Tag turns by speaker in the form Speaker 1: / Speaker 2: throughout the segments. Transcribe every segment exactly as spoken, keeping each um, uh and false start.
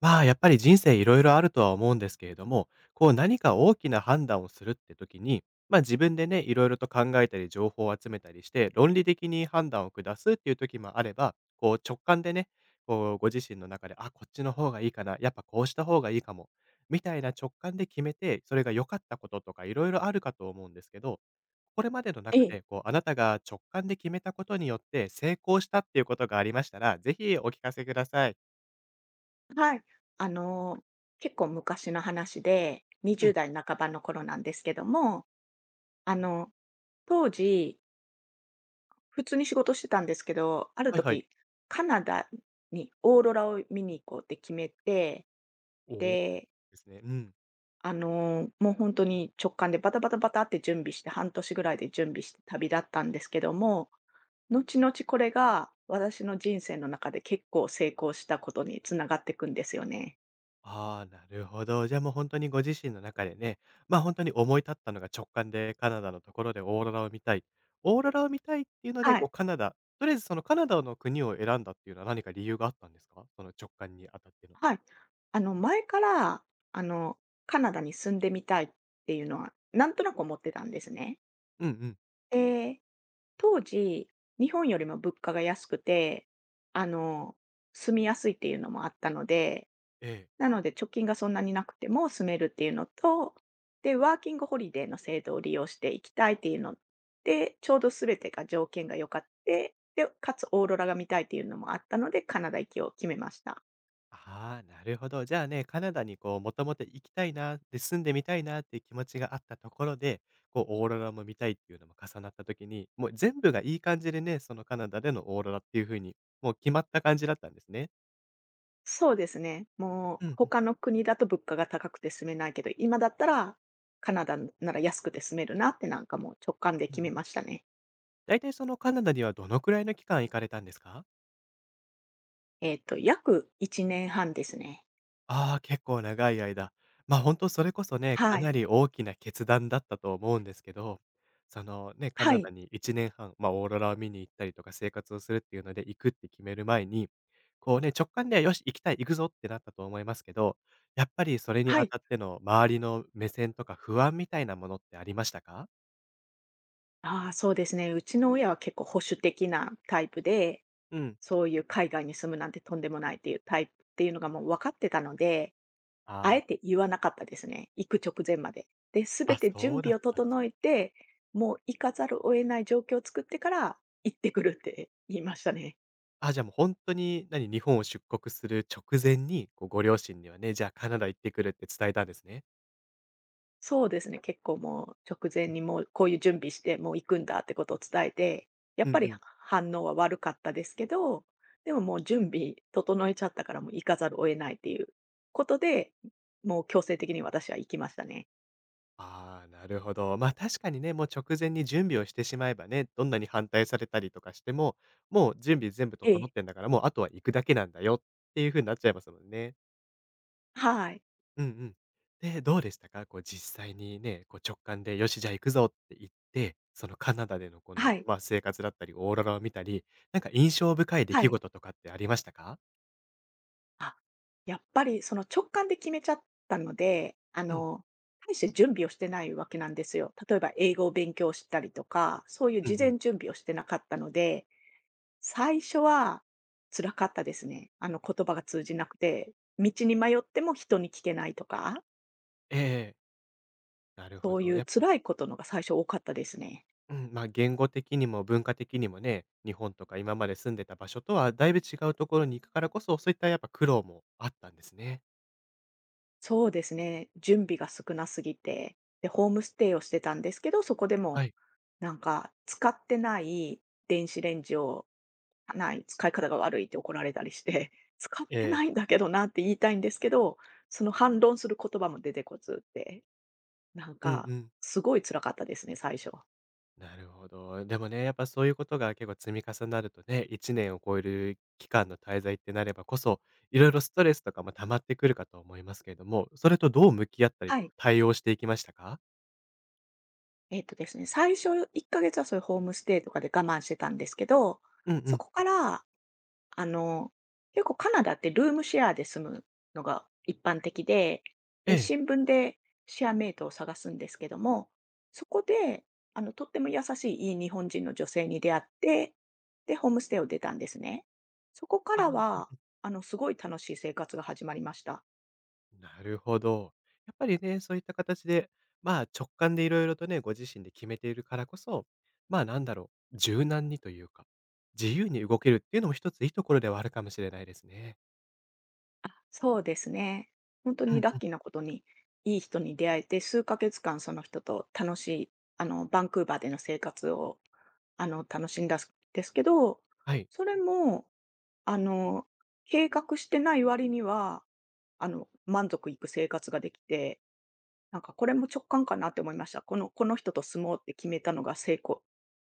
Speaker 1: まあ、やっぱり人生いろいろあるとは思うんですけれども、こう何か大きな判断をするって時に、まあ自分でね、いろいろと考えたり情報を集めたりして、論理的に判断を下すっていう時もあれば、こう直感でね、こうご自身の中で、あ、こっちの方がいいかな、やっぱこうした方がいいかも、みたいな直感で決めて、それが良かったこととかいろいろあるかと思うんですけど、これまでの
Speaker 2: え
Speaker 1: 中
Speaker 2: え、
Speaker 1: で、こう、あなたが直感で決めたことによって成功したっていうことがありましたら、ぜひお聞かせください。
Speaker 2: はい。あの、結構昔の話で、
Speaker 1: うん。
Speaker 2: にじゅうだい代半ばの頃なんですけども、あの、当時、普通に仕事してたんですけど、ある
Speaker 1: はいはい。
Speaker 2: 時、カナダにオーロラを見に行こうって決めて、
Speaker 1: お
Speaker 2: で、
Speaker 1: ですね。うん。
Speaker 2: あの、もう本当に直感でバタバタバタって準備して、半年ぐらいで準備して旅立ったんですけども、後々これが私の人生の中で結構成功したことに繋がっていくんですよね。
Speaker 1: ああ、なるほど。じゃあもう本当にご自身の中でね、まあ本当に思い立ったのが直感でカナダのところでオーロラを見たい。オーロラを見たいっていうので、
Speaker 2: は
Speaker 1: こ
Speaker 2: い。
Speaker 1: うカナダ、とりあえずそのカナダの国を選んだっていうのは何か理由があったんですかその直感にあたっての。
Speaker 2: はい。あの、前から、あの、カナダに住んでみたいっていうのは、なんとなく思ってたんですね。
Speaker 1: うんうん。
Speaker 2: で、当時、日本よりも物価が安くて、あの、住みやすいっていうのもあったので、
Speaker 1: ええ。
Speaker 2: なので貯金がそんなになくても住めるっていうのと、で、ワーキングホリデーの制度を利用していきたいっていうので、ちょうどすべてが条件が良かって、で、かつオーロラが見たいっていうのもあったので、カナダ行きを決めました。
Speaker 1: ああ、なるほど。じゃあね、カナダにこう、もともと行きたいな、で、住んでみたいなっていう気持ちがあったところで、こう、オーロラも見たいっていうのも重なった時に、もう全部がいい感じでね、そのカナダでのオーロラっていう風に、もう決まった感じだったんですね。
Speaker 2: そうですね。も
Speaker 1: う
Speaker 2: う
Speaker 1: んうん。
Speaker 2: 他の国だと物価が高くて住めないけど、今だったらカナダなら安くて住めるなってなんかもう直感で
Speaker 1: うん
Speaker 2: 決
Speaker 1: う
Speaker 2: め
Speaker 1: ん。
Speaker 2: ましたね。
Speaker 1: だいたいそのカナダにはどのくらいの期間行かれたんですか？
Speaker 2: えっと、約いちねんはんですね。
Speaker 1: ああ、結構長い間。ま、あ本当それこそね、か
Speaker 2: はい。
Speaker 1: なり大きな決断だったと思うんですけど、そのね、カ
Speaker 2: は
Speaker 1: ナ
Speaker 2: い。
Speaker 1: ダにいちねんはん、ま、オーロラを見に行ったりとか生活をするっていうので行くって決める前に、こうね、直感で「よし、行きたい、行くぞ」ってなったと思いますけど、やっぱりそれに
Speaker 2: は
Speaker 1: あ
Speaker 2: い。
Speaker 1: たっての周りの目線とか不安みたいなものってありましたか？
Speaker 2: ああ、そうですね。うちの親は結構保守的なタイプで、
Speaker 1: うん。
Speaker 2: そういう海外に住むなんてとんでもないっていうタイプっていうのがもう分かってたので、あ
Speaker 1: あ
Speaker 2: えて言わなかったですね。行く直前まで。で、す
Speaker 1: あ、
Speaker 2: べ
Speaker 1: あ、
Speaker 2: て
Speaker 1: そ
Speaker 2: 準
Speaker 1: うだ
Speaker 2: 備
Speaker 1: っ
Speaker 2: を
Speaker 1: たんです。
Speaker 2: 整えて、もう行かざるを得ない状況を作ってから、行ってくるって言いましたね。
Speaker 1: あ、じゃあもう本当に、何日本を出国する直前に、こうご両親にはね、じゃあカナダ行ってくるって伝えたんですね。
Speaker 2: そうですね、結構もう直前にもうこういう準備して、もう行くんだってことを伝えて、やっ
Speaker 1: うん
Speaker 2: ぱ
Speaker 1: う
Speaker 2: り
Speaker 1: ん。
Speaker 2: 反応は悪かったですけど、でももう準備整えちゃったからもう行かざるを得ないっていうことで、もう強制的に私は行きましたね。
Speaker 1: ああ、なるほど。ま、あ確かにね、もう直前に準備をしてしまえばね、どんなに反対されたりとかしても、もう準備全部
Speaker 2: え
Speaker 1: 整
Speaker 2: え。
Speaker 1: ってんだから、もうあとは行くだけなんだよっていう風になっちゃいますもんね。
Speaker 2: はい。
Speaker 1: うんうん。で、どうでしたか？こう実際にね、こう直感でよし、じゃあ行くぞって言って、そのカナダでのこ
Speaker 2: は
Speaker 1: の、
Speaker 2: い。
Speaker 1: まあ、生活だったり、オーロラを見たり、なんか印象深い出
Speaker 2: は
Speaker 1: 来
Speaker 2: い。
Speaker 1: 事とかってありましたか？
Speaker 2: あ、やっぱりその直感で決めちゃったので、あ
Speaker 1: うん。
Speaker 2: の、大して準備をしてないわけなんですよ。例えば英語を勉強したりとか、そういう
Speaker 1: う
Speaker 2: 事
Speaker 1: んうん。
Speaker 2: 前準備をしてなかったので、最初は辛かったですね。あの言葉が通じなくて、道に迷っても人に聞けないとか、
Speaker 1: ええ。なるほ
Speaker 2: そうい
Speaker 1: ど。
Speaker 2: う
Speaker 1: やっぱ
Speaker 2: 辛いことのが最初多かったですね。
Speaker 1: うん、まあ、言語的にも文化的にもね、日本とか今まで住んでた場所とはだいぶ違うところに行くからこそ、そういったやっぱ苦労もあったんですね。
Speaker 2: そうですね。準備が少なすぎて。で、ホームステイをしてたんですけど、そこでも
Speaker 1: はい。
Speaker 2: なんか使ってない電子レンジをない、使い方が悪いって怒られたりして、使っ
Speaker 1: え
Speaker 2: て
Speaker 1: え。
Speaker 2: ないんだけどなって言いたいんですけど、その反論する言葉も出てこずって、なん
Speaker 1: うん
Speaker 2: か、
Speaker 1: うん。
Speaker 2: すごい辛かったですね、最初。
Speaker 1: なるほど。でもね、やっぱそういうことが結構積み重なるとね、いちねんを超える期間の滞在ってなればこそ、いろいろストレスとかも溜まってくるかと思いますけれども、それとどう向き合ったり
Speaker 2: は
Speaker 1: とか
Speaker 2: い。
Speaker 1: 対応していきましたか？
Speaker 2: えっとですね、最初いっかげつはそういうホームステイとかで我慢してたんですけど、
Speaker 1: うんう
Speaker 2: そ
Speaker 1: ん。
Speaker 2: こからあの、結構カナダってルームシェアで住むのが一般的で、
Speaker 1: え
Speaker 2: で、
Speaker 1: え。
Speaker 2: 新聞でシェアメイトを探すんですけども、そこで、あの、とっても優しいいい日本人の女性に出会って、で、ホームステイを出たんですね。そこから
Speaker 1: あ、
Speaker 2: は、あの、すごい楽しい生活が始まりました。
Speaker 1: なるほど。やっぱりね、そういった形で、まあ直感でいろいろとね、ご自身で決めているからこそ、まあなんだろう、柔軟にというか、自由に動けるっていうのも一ついいところではあるかもしれないですね。
Speaker 2: そうですね。本当
Speaker 1: う
Speaker 2: に
Speaker 1: ん
Speaker 2: ラッ
Speaker 1: うん。
Speaker 2: キーなことに、いい人に出会えて、数ヶ月間その人と楽しい、あの、バンクーバーでの生活を、あの、楽しんだんですけど、
Speaker 1: はい。
Speaker 2: それも、あの、計画してない割には、あの、満足いく生活ができて、なんかこれも直感かなって思いました。このこの人と住もうって決めたのが成功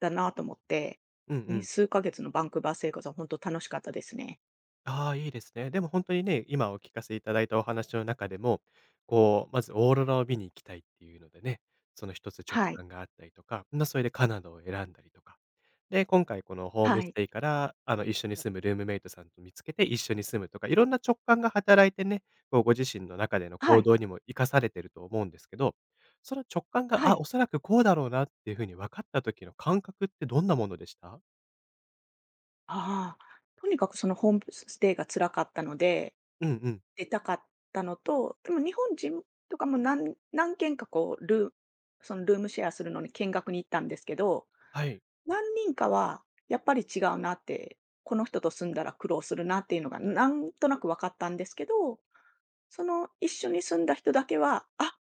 Speaker 2: だなと思って、
Speaker 1: うんう
Speaker 2: に
Speaker 1: ん。
Speaker 2: 数ヶ月のバンクーバー生活は本当楽しかったですね。
Speaker 1: ああ、いいですね。でも本当にね、今お聞かせいただいたお話の中でも、こう、まずオーロラを見に行きたいっていうのでね、その一つ直
Speaker 2: はい。
Speaker 1: 感があったりとか、まあ、それでカナダを選んだりとか。で、今回このホーム
Speaker 2: は
Speaker 1: ス
Speaker 2: い。
Speaker 1: テイから、あの、一緒に住むルームメイトさんと見つけて一緒に住むとか、いろんな直感が働いてね、こうご自身の中での
Speaker 2: は
Speaker 1: 行
Speaker 2: い。
Speaker 1: 動にも生かされてると思うんですけど、その直感が、
Speaker 2: は
Speaker 1: あ、
Speaker 2: い。
Speaker 1: おそらくこうだろうなっていうふうに分かった時の感覚ってどんなものでした？
Speaker 2: ああ、とにかくそのホームステイが辛かったので、
Speaker 1: うんうん。
Speaker 2: 出たかったのと、でも日本人とかも何何軒かこう、ルーそのルームシェアするのに見学に行ったんですけど、
Speaker 1: はい。
Speaker 2: 何人かはやっぱり違うなって、この人と住んだら苦労するなっていうのがなんとなく分かったんですけど、その一緒に住んだ人だけは、あ、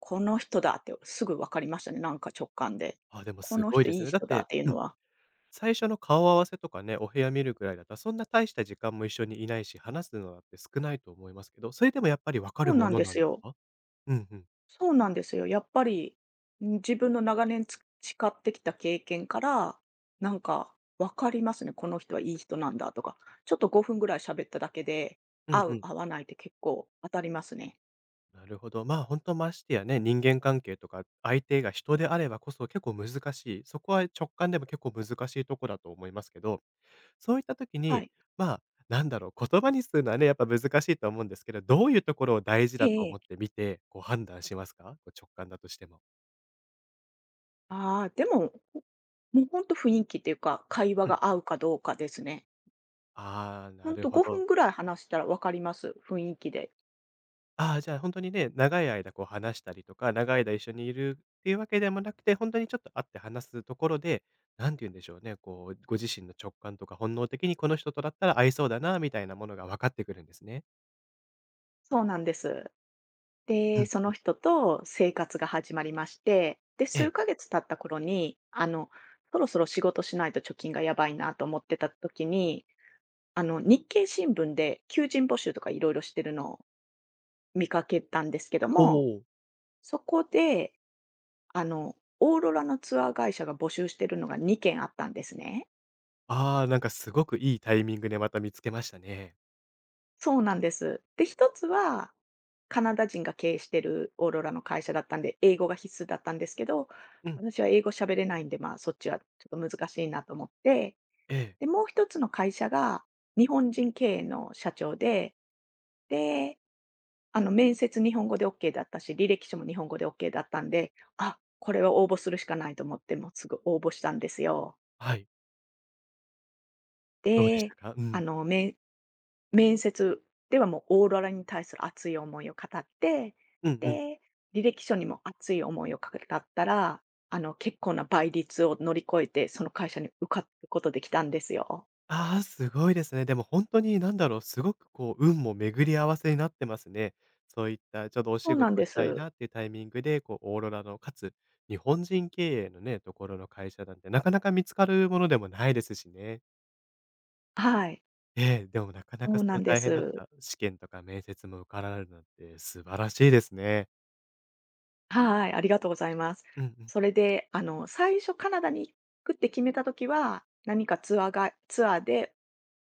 Speaker 2: この人だってすぐ分かりましたね、なんか直感で。
Speaker 1: あ、でも
Speaker 2: こ
Speaker 1: す
Speaker 2: の
Speaker 1: ごい
Speaker 2: 人
Speaker 1: で
Speaker 2: い
Speaker 1: す
Speaker 2: い
Speaker 1: ね。だっ
Speaker 2: 人だっ
Speaker 1: て
Speaker 2: ていう
Speaker 1: う
Speaker 2: の
Speaker 1: ん。
Speaker 2: は。
Speaker 1: 最初の顔合わせとかね、お部屋見るぐらいだったら、そんな大した時間も一緒にいないし、話すのだって少ないと思いますけど、それでもやっぱりわか
Speaker 2: そ
Speaker 1: る
Speaker 2: うな
Speaker 1: も
Speaker 2: ん
Speaker 1: の
Speaker 2: で
Speaker 1: な
Speaker 2: す
Speaker 1: んです
Speaker 2: よ。
Speaker 1: か？うんうん。
Speaker 2: そうなんですよ。やっぱり、ん、自分の長年つ培ってきた経験から、なんか分かりますね、この人はいい人なんだとか。ちょっとごふんぐらい喋っただけで、
Speaker 1: うん
Speaker 2: 合
Speaker 1: う
Speaker 2: う
Speaker 1: ん。
Speaker 2: 合わないって結構当たりますね。
Speaker 1: なるほど。まあ、本当ましてやね、人間関係とか、相手が人であればこそ結構難しい、そこは直感でも結構難しいとこだと思いますけど、そういった時
Speaker 2: は
Speaker 1: に、
Speaker 2: い。
Speaker 1: まあ、なんだろう、言葉にするのはね、やっぱ難しいと思うんですけど、どういうところを大事
Speaker 2: え
Speaker 1: だと思っ
Speaker 2: え、
Speaker 1: て見て、こう判断しますか？こう直感だとしても。
Speaker 2: ああ、でも、もう本当雰囲気っていうか、会話
Speaker 1: うん。
Speaker 2: が合うかどうかですね。
Speaker 1: ああ、な
Speaker 2: 本
Speaker 1: る
Speaker 2: 当と
Speaker 1: ほ
Speaker 2: 5
Speaker 1: ど。
Speaker 2: 分ぐらい話したら分かります、雰囲気で。
Speaker 1: ああ、じゃあ、本当にね、長い間こう話したりとか、長い間一緒にいるっていうわけでもなくて、本当にちょっと会って話すところで、何て言うんでしょうね、こう、ご自身の直感とか本能的にこの人とだったら合いそうだなみたいなものが分かってくるんですね。
Speaker 2: そうなんです。
Speaker 1: う
Speaker 2: で、
Speaker 1: ん。
Speaker 2: その人と生活が始まりまして、で、
Speaker 1: え
Speaker 2: 数
Speaker 1: え。
Speaker 2: ヶ月経った頃に、あの、そろそろ仕事しないと貯金がやばいなと思ってた時に、あの、日経新聞で求人募集とかいろいろしてるのを見かけたんですけど
Speaker 1: お
Speaker 2: も、
Speaker 1: お。
Speaker 2: そこで、あの、オーロラのツアー会社が募集してるのがにけんあったんですね。
Speaker 1: ああ、なんかすごくいいタイミングでまた見つけましたね。
Speaker 2: そうなんです。で、一つは、カナダ人が経営してるオーロラの会社だったんで、英語が必須だったんですけど、
Speaker 1: うん。
Speaker 2: 私は英語喋れないんで、まあ、そっちはちょっと難しいなと思って、
Speaker 1: ええ。
Speaker 2: で、もう一つの会社が日本人経営の社長で、で、あの、面接日本語でオッケーだったし、履歴書も日本語でオッケーだったんで、あ、これは応募するしかないと思って、もうすぐ応募したんですよ。
Speaker 1: はい。どうでし
Speaker 2: で、
Speaker 1: たか？う
Speaker 2: あ
Speaker 1: ん。
Speaker 2: の、面面接ではもうオーロラに対する熱い思いを語って、
Speaker 1: うんうん。
Speaker 2: で、履歴書にも熱い思いを語ったら、あの、結構な倍率を乗り越えて、その会社に受かることできたんですよ。
Speaker 1: ああ、すごいですね。でも本当になんだろう、すごくこう運も巡り合わせになってますね。そういったちょうどお
Speaker 2: そ
Speaker 1: 仕
Speaker 2: うなん
Speaker 1: 事を
Speaker 2: で
Speaker 1: したい
Speaker 2: す。
Speaker 1: なっていうタイミングで、こうオーロラの、かつ日本人経営のね、ところの会社なんてなかなか見つかるものでもないですしね。
Speaker 2: はい。
Speaker 1: ええ、でもなかな
Speaker 2: そ
Speaker 1: か
Speaker 2: う
Speaker 1: そ
Speaker 2: な
Speaker 1: の
Speaker 2: んで
Speaker 1: 大変だっ
Speaker 2: す。
Speaker 1: た試験とか面接も受かられるなんて素晴らしいですね。
Speaker 2: はい、ありがとうございます。
Speaker 1: うんうん。
Speaker 2: それで、あの、最初カナダに行くって決めたときは、何かツアーがツアーで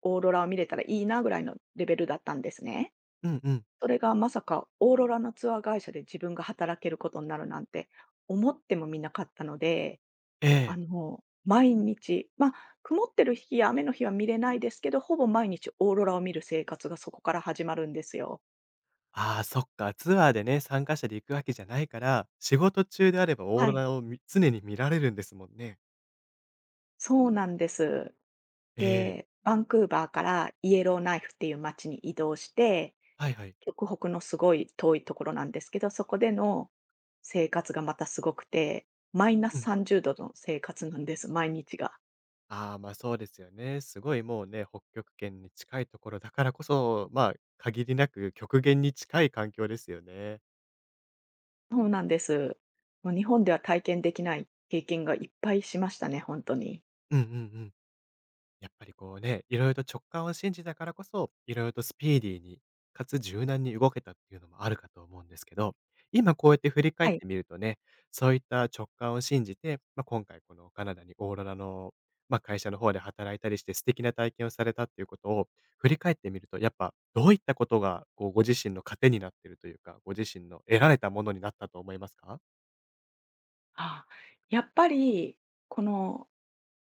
Speaker 2: オーロラを見れたらいいなぐらいのレベルだったんですね。
Speaker 1: うんうん。
Speaker 2: それがまさかオーロラのツアー会社で自分が働けることになるなんて思ってもみなかったので、
Speaker 1: え
Speaker 2: あ
Speaker 1: え。
Speaker 2: の、毎日、まあ、曇ってる日や雨の日は見れないですけど、ほぼ毎日オーロラを見る生活がそこから始まるんですよ。
Speaker 1: ああ、そっか、ツアーでね、参加者で行くわけじゃないから、仕事中であればオー
Speaker 2: は
Speaker 1: ロ
Speaker 2: い、
Speaker 1: ラを見常に見られるんですもんね。
Speaker 2: そうなんです。
Speaker 1: ええ。
Speaker 2: で、バンクーバーからイエローナイフっていう街に移動して、
Speaker 1: はいはい。
Speaker 2: 極北のすごい遠いところなんですけど、そこでの生活がまたすごくて、マイナス
Speaker 1: うん。
Speaker 2: さんじゅうどの生活なんです、毎日が。
Speaker 1: ああ、ま、あそうですよね。すごいもうね、北極圏に近いところだからこそ、まあ、限りなく極限に近い環境ですよね。
Speaker 2: そうなんです。もう日本では体験できない経験がいっぱいしましたね、本当に。
Speaker 1: うんうんうん。やっぱりこうね、いろいろと直感を信じたからこそ、いろいろとスピーディーに、かつ柔軟に動けたっていうのもあるかと思うんですけど、今こうやって振り返
Speaker 2: は
Speaker 1: っ
Speaker 2: い。
Speaker 1: てみるとね、そういった直感を信じて、まあ、今回このカナダにオーロラの、まあ、会社の方で働いたりして素敵な体験をされたっていうことを振り返ってみると、やっぱどういったことがこうご自身の糧になってるというか、ご自身の得られたものになったと思いますか？
Speaker 2: あ、やっぱり、この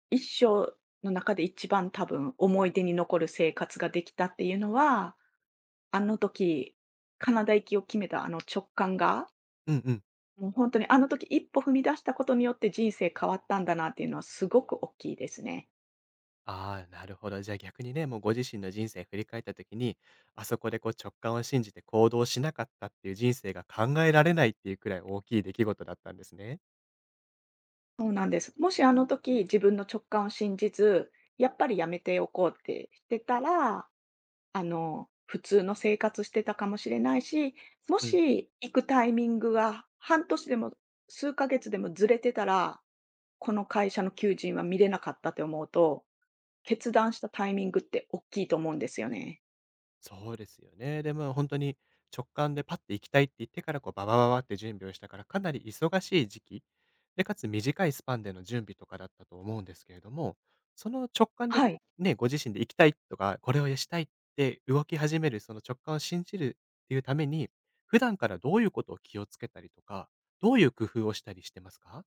Speaker 2: 一生の中で一番多分思い出に残る生活ができたっていうのは、あの時、カナダ行きを決めたあの直感が、
Speaker 1: うんうん。
Speaker 2: もう本当にあの時一歩踏み出したことによって人生変わったんだなっていうのはすごく大きいですね。
Speaker 1: ああ、なるほど。じゃあ逆にね、もうご自身の人生振り返った時に、あそこでこう直感を信じて行動しなかったっていう人生が考えられないっていうくらい大きい出来事だったんですね。
Speaker 2: そうなんです。もしあの時自分の直感を信じず、やっぱりやめておこうってしてたらあの、普通の生活してたかもしれないし、も
Speaker 1: うん。
Speaker 2: し行くタイミングが半年でも数ヶ月でもずれてたら、この会社の求人は見れなかったって思うと、決断したタイミングって大きいと思うんですよね。
Speaker 1: そうですよね。で、も本当に直感でパッて行きたいって言ってから、こう、ババババって準備をしたから、かなり忙しい時期、で、かつ短いスパンでの準備とかだったと思うんですけれども、その直感で、
Speaker 2: はい、
Speaker 1: ね、ご自身で行きたいとか、これをしたいって動き始める、その直感を信じるっていうために、普段からどういうことを気をつけたりとか、どういう工夫をしたりしてますか？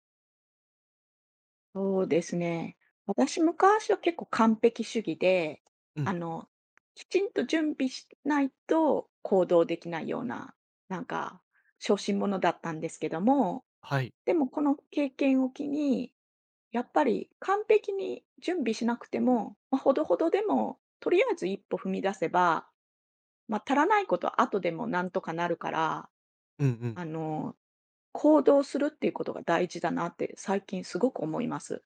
Speaker 2: そうですね。私、昔は結構完璧主義で、
Speaker 1: う
Speaker 2: あ
Speaker 1: ん、
Speaker 2: の、きちんと準備しないと行動できないような、なんか、小心者だったんですけども、
Speaker 1: はい。
Speaker 2: でもこの経験を機にやっぱり完璧に準備しなくても、まあ、ほどほどでも、とりあえず一歩踏み出せば、まあ、足らないことは後でもなんとかなるから、
Speaker 1: うんうん。
Speaker 2: あの、行動するっていうことが大事だなって最近すごく思います。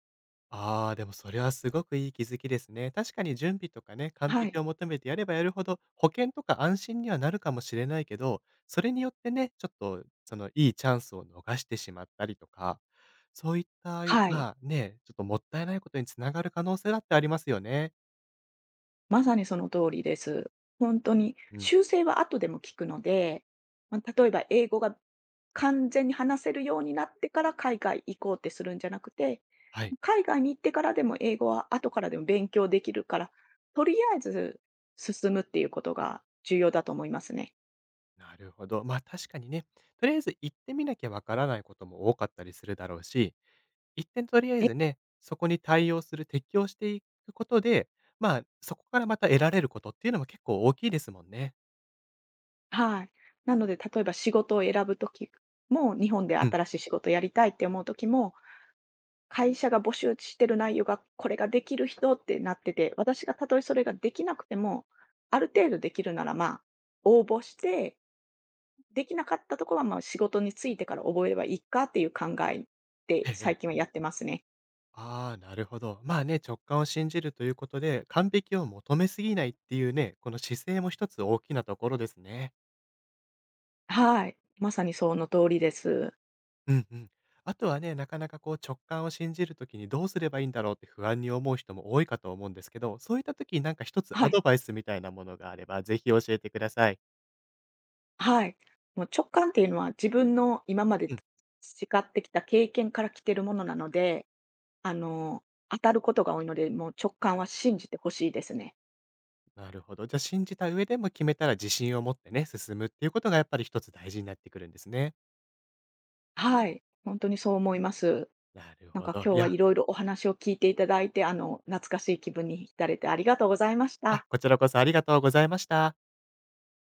Speaker 1: ああ、でもそれはすごくいい気づきですね。確かに準備とかね、完
Speaker 2: は
Speaker 1: 璧
Speaker 2: い。
Speaker 1: を求めてやればやるほど、保険とか安心にはなるかもしれないけど、それによってね、ちょっとそのいいチャンスを逃してしまったりとか、そういった、
Speaker 2: はい。
Speaker 1: まあね、ちょっともったいないことにつながる可能性だってありますよね。
Speaker 2: まさにその通りです。本当に
Speaker 1: うん。
Speaker 2: 修正は後でも聞くので、まあ、例えば英語が完全に話せるようになってから海外行こうってするんじゃなくて、
Speaker 1: はい。
Speaker 2: 海外に行ってからでも英語は後からでも勉強できるから、とりあえず進むっていうことが重要だと思いますね。
Speaker 1: なるほど。まあ確かにね、とりあえず行ってみなきゃわからないことも多かったりするだろうし、一点とりあえ
Speaker 2: え、
Speaker 1: ずね、そこに対応する、適応していくことで、まあ、そこからまた得られることっていうのも結構大きいですもんね。
Speaker 2: はい。なので例えば仕事を選ぶときも、日本で
Speaker 1: うん。
Speaker 2: 新しい仕事をやりたいって思うときも、会社が募集してる内容が、これができる人ってなってて、私がたとえそれができなくても、ある程度できるなら、まあ、応募して、できなかったところは、まあ、仕事に就いてから覚えればいいかっていう考え
Speaker 1: え
Speaker 2: で、
Speaker 1: ええ
Speaker 2: 最
Speaker 1: え。
Speaker 2: 近はやってますね。
Speaker 1: ああ、なるほど。まあね、直感を信じるということで、完璧を求めすぎないっていうね、この姿勢も一つ大きなところですね。
Speaker 2: はい。まさにその通りです。
Speaker 1: うんうん。あとはね、なかなかこう直感を信じるときにどうすればいいんだろうって不安に思う人も多いかと思うんですけど、そういったときになんか一つ
Speaker 2: は
Speaker 1: ア
Speaker 2: い。
Speaker 1: ドバイスみたいなものがあれば、ぜひ教えてください。
Speaker 2: はい。もう直感っていうのは自分の今まで
Speaker 1: うん。
Speaker 2: 培ってきた経験から来てるものなので、あの、当たることが多いので、もう直感は信じてほしいですね。
Speaker 1: なるほど。じゃあ信じた上でも決めたら自信を持ってね、進むっていうことがやっぱり一つ大事になってくるんですね。
Speaker 2: はい、本当にそう思います。
Speaker 1: なる
Speaker 2: なん
Speaker 1: ほ
Speaker 2: か
Speaker 1: ど。
Speaker 2: 今日
Speaker 1: い
Speaker 2: は
Speaker 1: や、
Speaker 2: いろいろお話を聞いていただいて、あの、懐かしい気分に浸れてありがとうございまし
Speaker 1: あ、
Speaker 2: た。
Speaker 1: こちらこそありがとうございました。